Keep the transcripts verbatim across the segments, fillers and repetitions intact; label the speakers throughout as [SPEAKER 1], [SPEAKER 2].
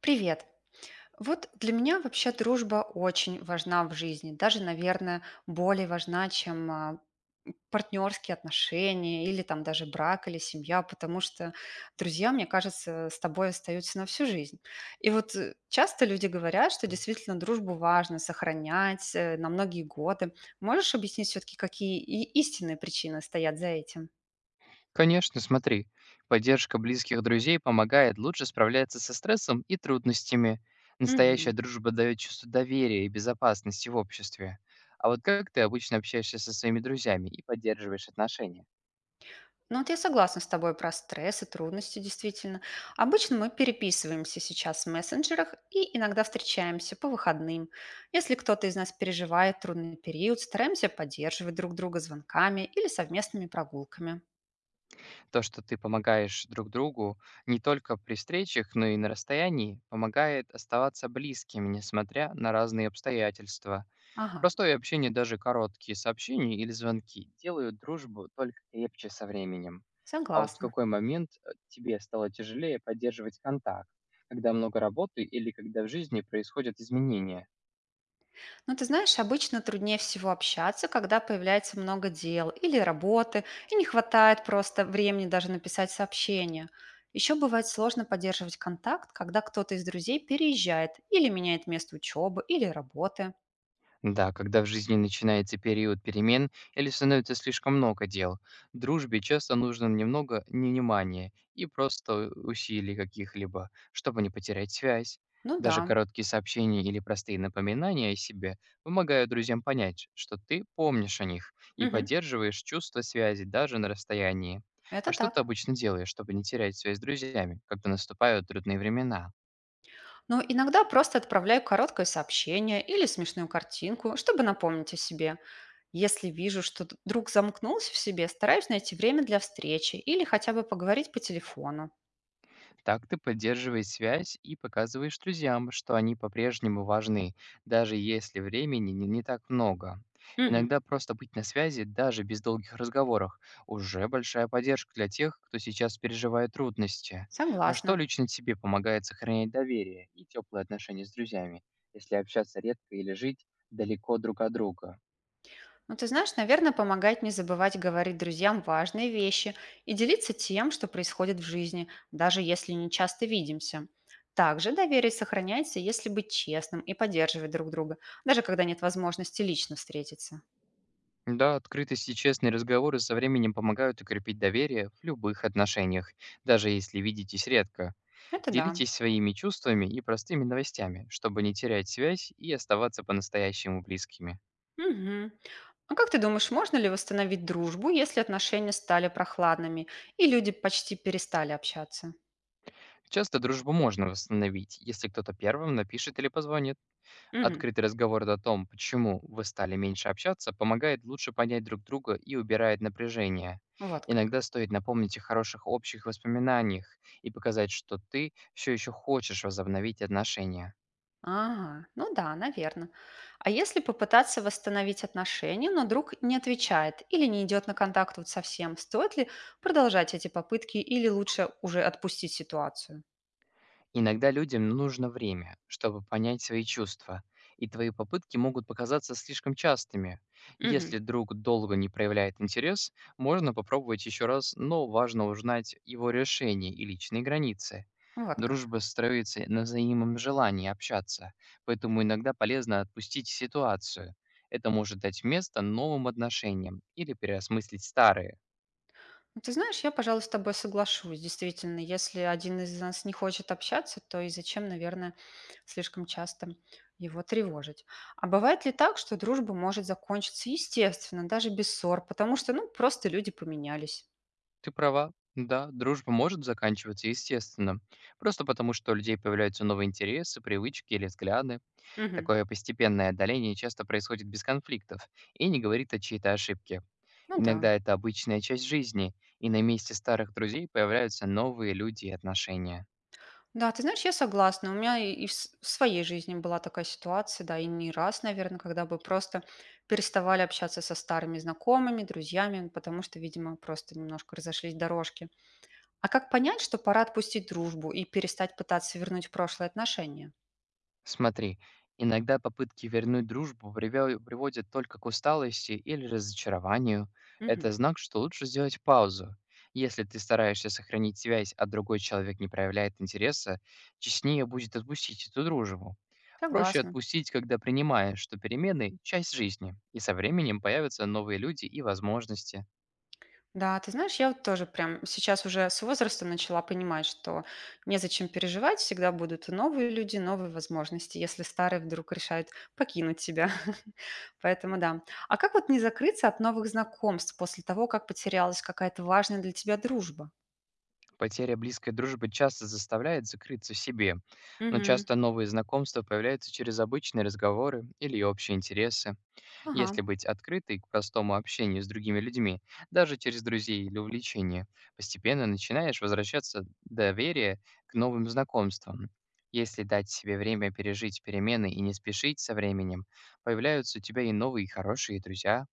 [SPEAKER 1] Привет. Вот для меня вообще дружба очень важна в жизни, даже, наверное, более важна, чем а, партнерские отношения или там даже брак или семья, потому что друзья, мне кажется, с тобой остаются на всю жизнь. И вот э, часто люди говорят, что действительно дружбу важно сохранять э, на многие годы. Можешь объяснить все-таки, какие и истинные причины стоят за этим?
[SPEAKER 2] Конечно, смотри, поддержка близких друзей помогает лучше справляться со стрессом и трудностями. Настоящая
[SPEAKER 1] Мгм.
[SPEAKER 2] дружба дает чувство доверия и безопасности в обществе. А вот как ты обычно общаешься со своими друзьями и поддерживаешь отношения?
[SPEAKER 1] Ну вот я согласна с тобой про стресс и трудности, действительно. Обычно мы переписываемся сейчас в мессенджерах и иногда встречаемся по выходным. Если кто-то из нас переживает трудный период, стараемся поддерживать друг друга звонками или совместными прогулками.
[SPEAKER 2] То, что ты помогаешь друг другу не только при встречах, но и на расстоянии, помогает оставаться близкими, несмотря на разные обстоятельства.
[SPEAKER 1] Ага,
[SPEAKER 2] Простое общение, даже короткие сообщения или звонки, делают дружбу только крепче со временем. А вот в
[SPEAKER 1] согласна.
[SPEAKER 2] какой момент э, тебе стало тяжелее поддерживать контакт? Когда много работы или когда в жизни происходят изменения?
[SPEAKER 1] Ну, ты знаешь, обычно труднее всего общаться, когда появляется много дел или работы, и не хватает просто времени даже написать сообщение. Еще бывает сложно поддерживать контакт, когда кто-то из друзей переезжает или меняет место учебы или работы.
[SPEAKER 2] Да, когда в жизни начинается период перемен или становится слишком много дел, дружбе часто нужно немного не внимания и просто усилий каких-либо, чтобы не потерять связь.
[SPEAKER 1] Ну да,
[SPEAKER 2] Даже короткие сообщения или простые напоминания о себе помогают друзьям понять, что ты помнишь о них и
[SPEAKER 1] мгм,
[SPEAKER 2] поддерживаешь чувство связи даже на расстоянии.
[SPEAKER 1] это
[SPEAKER 2] А что ты
[SPEAKER 1] так.
[SPEAKER 2] обычно делаешь, чтобы не терять связь с друзьями, когда наступают трудные времена?
[SPEAKER 1] Но иногда просто отправляю короткое сообщение или смешную картинку, чтобы напомнить о себе. Если вижу, что д- друг замкнулся в себе, стараюсь найти время для встречи или хотя бы поговорить по телефону.
[SPEAKER 2] Так ты поддерживаешь связь и показываешь друзьям, что они по-прежнему важны, даже если времени не, не так много.
[SPEAKER 1] Мгм.
[SPEAKER 2] Иногда просто быть на связи, даже без долгих разговоров, уже большая поддержка для тех, кто сейчас переживает трудности. А что
[SPEAKER 1] Согласна.
[SPEAKER 2] лично тебе помогает сохранять доверие и теплые отношения с друзьями, если общаться редко или жить далеко друг от друга?
[SPEAKER 1] Ну, ты знаешь, наверное, помогает не забывать говорить друзьям важные вещи и делиться тем, что происходит в жизни, даже если не часто видимся. Также доверие сохраняется, если быть честным и поддерживать друг друга, даже когда нет возможности лично встретиться.
[SPEAKER 2] Да, открытость и честные разговоры со временем помогают укрепить доверие в любых отношениях, даже если видитесь редко.
[SPEAKER 1] Это да.
[SPEAKER 2] Делитесь своими чувствами и простыми новостями, чтобы не терять связь и оставаться по-настоящему близкими.
[SPEAKER 1] Мгм. А как ты думаешь, можно ли восстановить дружбу, если отношения стали прохладными и люди почти перестали общаться?
[SPEAKER 2] Часто дружбу можно восстановить, если кто-то первым напишет или позвонит.
[SPEAKER 1] Мгм.
[SPEAKER 2] Открытый разговор о том, почему вы стали меньше общаться, помогает лучше понять друг друга и убирает напряжение.
[SPEAKER 1] Вот как.
[SPEAKER 2] Иногда стоит напомнить о хороших общих воспоминаниях и показать, что ты все еще хочешь возобновить отношения.
[SPEAKER 1] Ага, ну да, наверное. А если попытаться восстановить отношения, но друг не отвечает или не идет на контакт вот совсем, стоит ли продолжать эти попытки или лучше уже отпустить ситуацию?
[SPEAKER 2] Иногда людям нужно время, чтобы понять свои чувства, и твои попытки могут показаться слишком частыми.
[SPEAKER 1] Мгм.
[SPEAKER 2] Если друг долго не проявляет интерес, можно попробовать еще раз, но важно узнать его решение и личные границы.
[SPEAKER 1] Вот как.
[SPEAKER 2] Дружба строится на взаимном желании общаться, поэтому иногда полезно отпустить ситуацию. Это может дать место новым отношениям или переосмыслить старые.
[SPEAKER 1] Ну, ты знаешь, я, пожалуй, с тобой соглашусь. Действительно, если один из нас не хочет общаться, то и зачем, наверное, слишком часто его тревожить. А бывает ли так, что дружба может закончиться естественно, даже без ссор, потому что, ну, просто люди поменялись?
[SPEAKER 2] Ты права. Да, дружба может заканчиваться, естественно. Просто потому, что у людей появляются новые интересы, привычки или взгляды.
[SPEAKER 1] Мгм.
[SPEAKER 2] Такое постепенное отдаление часто происходит без конфликтов и не говорит о чьей-то ошибке.
[SPEAKER 1] Ну да.
[SPEAKER 2] Иногда это обычная часть жизни, и на месте старых друзей появляются новые люди и отношения.
[SPEAKER 1] Да, ты знаешь, я согласна. У меня и и в с в своей жизни была такая ситуация, да, и не раз, наверное, когда бы просто переставали общаться со старыми знакомыми, друзьями, потому что, видимо, просто немножко разошлись дорожки. А как понять, что пора отпустить дружбу и перестать пытаться вернуть прошлые отношения?
[SPEAKER 2] Смотри, иногда попытки вернуть дружбу привел- приводят только к усталости или разочарованию.
[SPEAKER 1] Мгм.
[SPEAKER 2] Это знак, что лучше сделать паузу. Если ты стараешься сохранить связь, а другой человек не проявляет интереса, честнее будет отпустить эту дружбу. Проще
[SPEAKER 1] Согласна.
[SPEAKER 2] отпустить, когда принимаешь, что перемены– часть жизни, и со временем появятся новые люди и возможности.
[SPEAKER 1] Да, ты знаешь, я вот тоже прям сейчас уже с возраста начала понимать, что незачем переживать, всегда будут и новые люди, новые возможности, если старые вдруг решают покинуть тебя. Поэтому да. А как вот не закрыться от новых знакомств после того, как потерялась какая-то важная для тебя дружба?
[SPEAKER 2] Потеря близкой дружбы часто заставляет закрыться в себе, но
[SPEAKER 1] Мгм.
[SPEAKER 2] часто новые знакомства появляются через обычные разговоры или общие интересы.
[SPEAKER 1] Ага,
[SPEAKER 2] Если быть открытой к простому общению с другими людьми, даже через друзей или увлечения, постепенно начинаешь возвращаться доверие к новым знакомствам. Если дать себе время пережить перемены и не спешить со временем, появляются у тебя и новые хорошие друзья.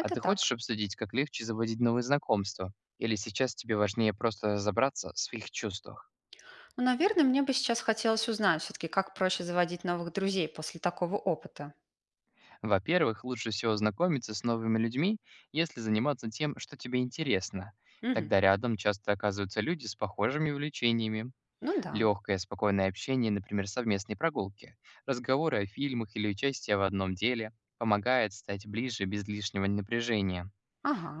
[SPEAKER 2] А ты хочешь
[SPEAKER 1] так.
[SPEAKER 2] обсудить, как легче заводить новые знакомства? Или сейчас тебе важнее просто разобраться в своих чувствах?
[SPEAKER 1] Ну, наверное, мне бы сейчас хотелось узнать все-таки, как проще заводить новых друзей после такого опыта.
[SPEAKER 2] Во-первых, лучше всего знакомиться с новыми людьми, если заниматься тем, что тебе интересно.
[SPEAKER 1] Мгм.
[SPEAKER 2] Тогда рядом часто оказываются люди с похожими увлечениями.
[SPEAKER 1] Ну да.
[SPEAKER 2] Легкое, спокойное общение, например, совместные прогулки, разговоры о фильмах или участие в одном деле, помогает стать ближе без лишнего напряжения.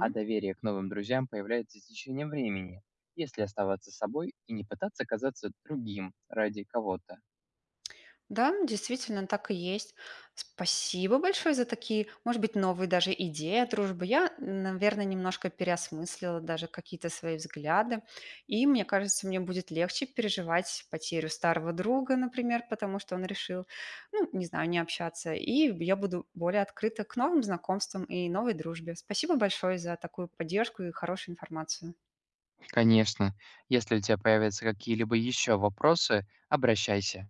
[SPEAKER 2] А доверие к новым друзьям появляется с течением времени, если оставаться собой и не пытаться казаться другим ради кого-то.
[SPEAKER 1] Да, действительно, так и есть. Спасибо большое за такие, может быть, новые даже идеи о дружбе. Я, наверное, немножко переосмыслила даже какие-то свои взгляды. И мне кажется, мне будет легче переживать потерю старого друга, например, потому что он решил, ну, не знаю, не общаться. И я буду более открыта к новым знакомствам и новой дружбе. Спасибо большое за такую поддержку и хорошую информацию.
[SPEAKER 2] Конечно, если у тебя появятся какие-либо еще вопросы, обращайся.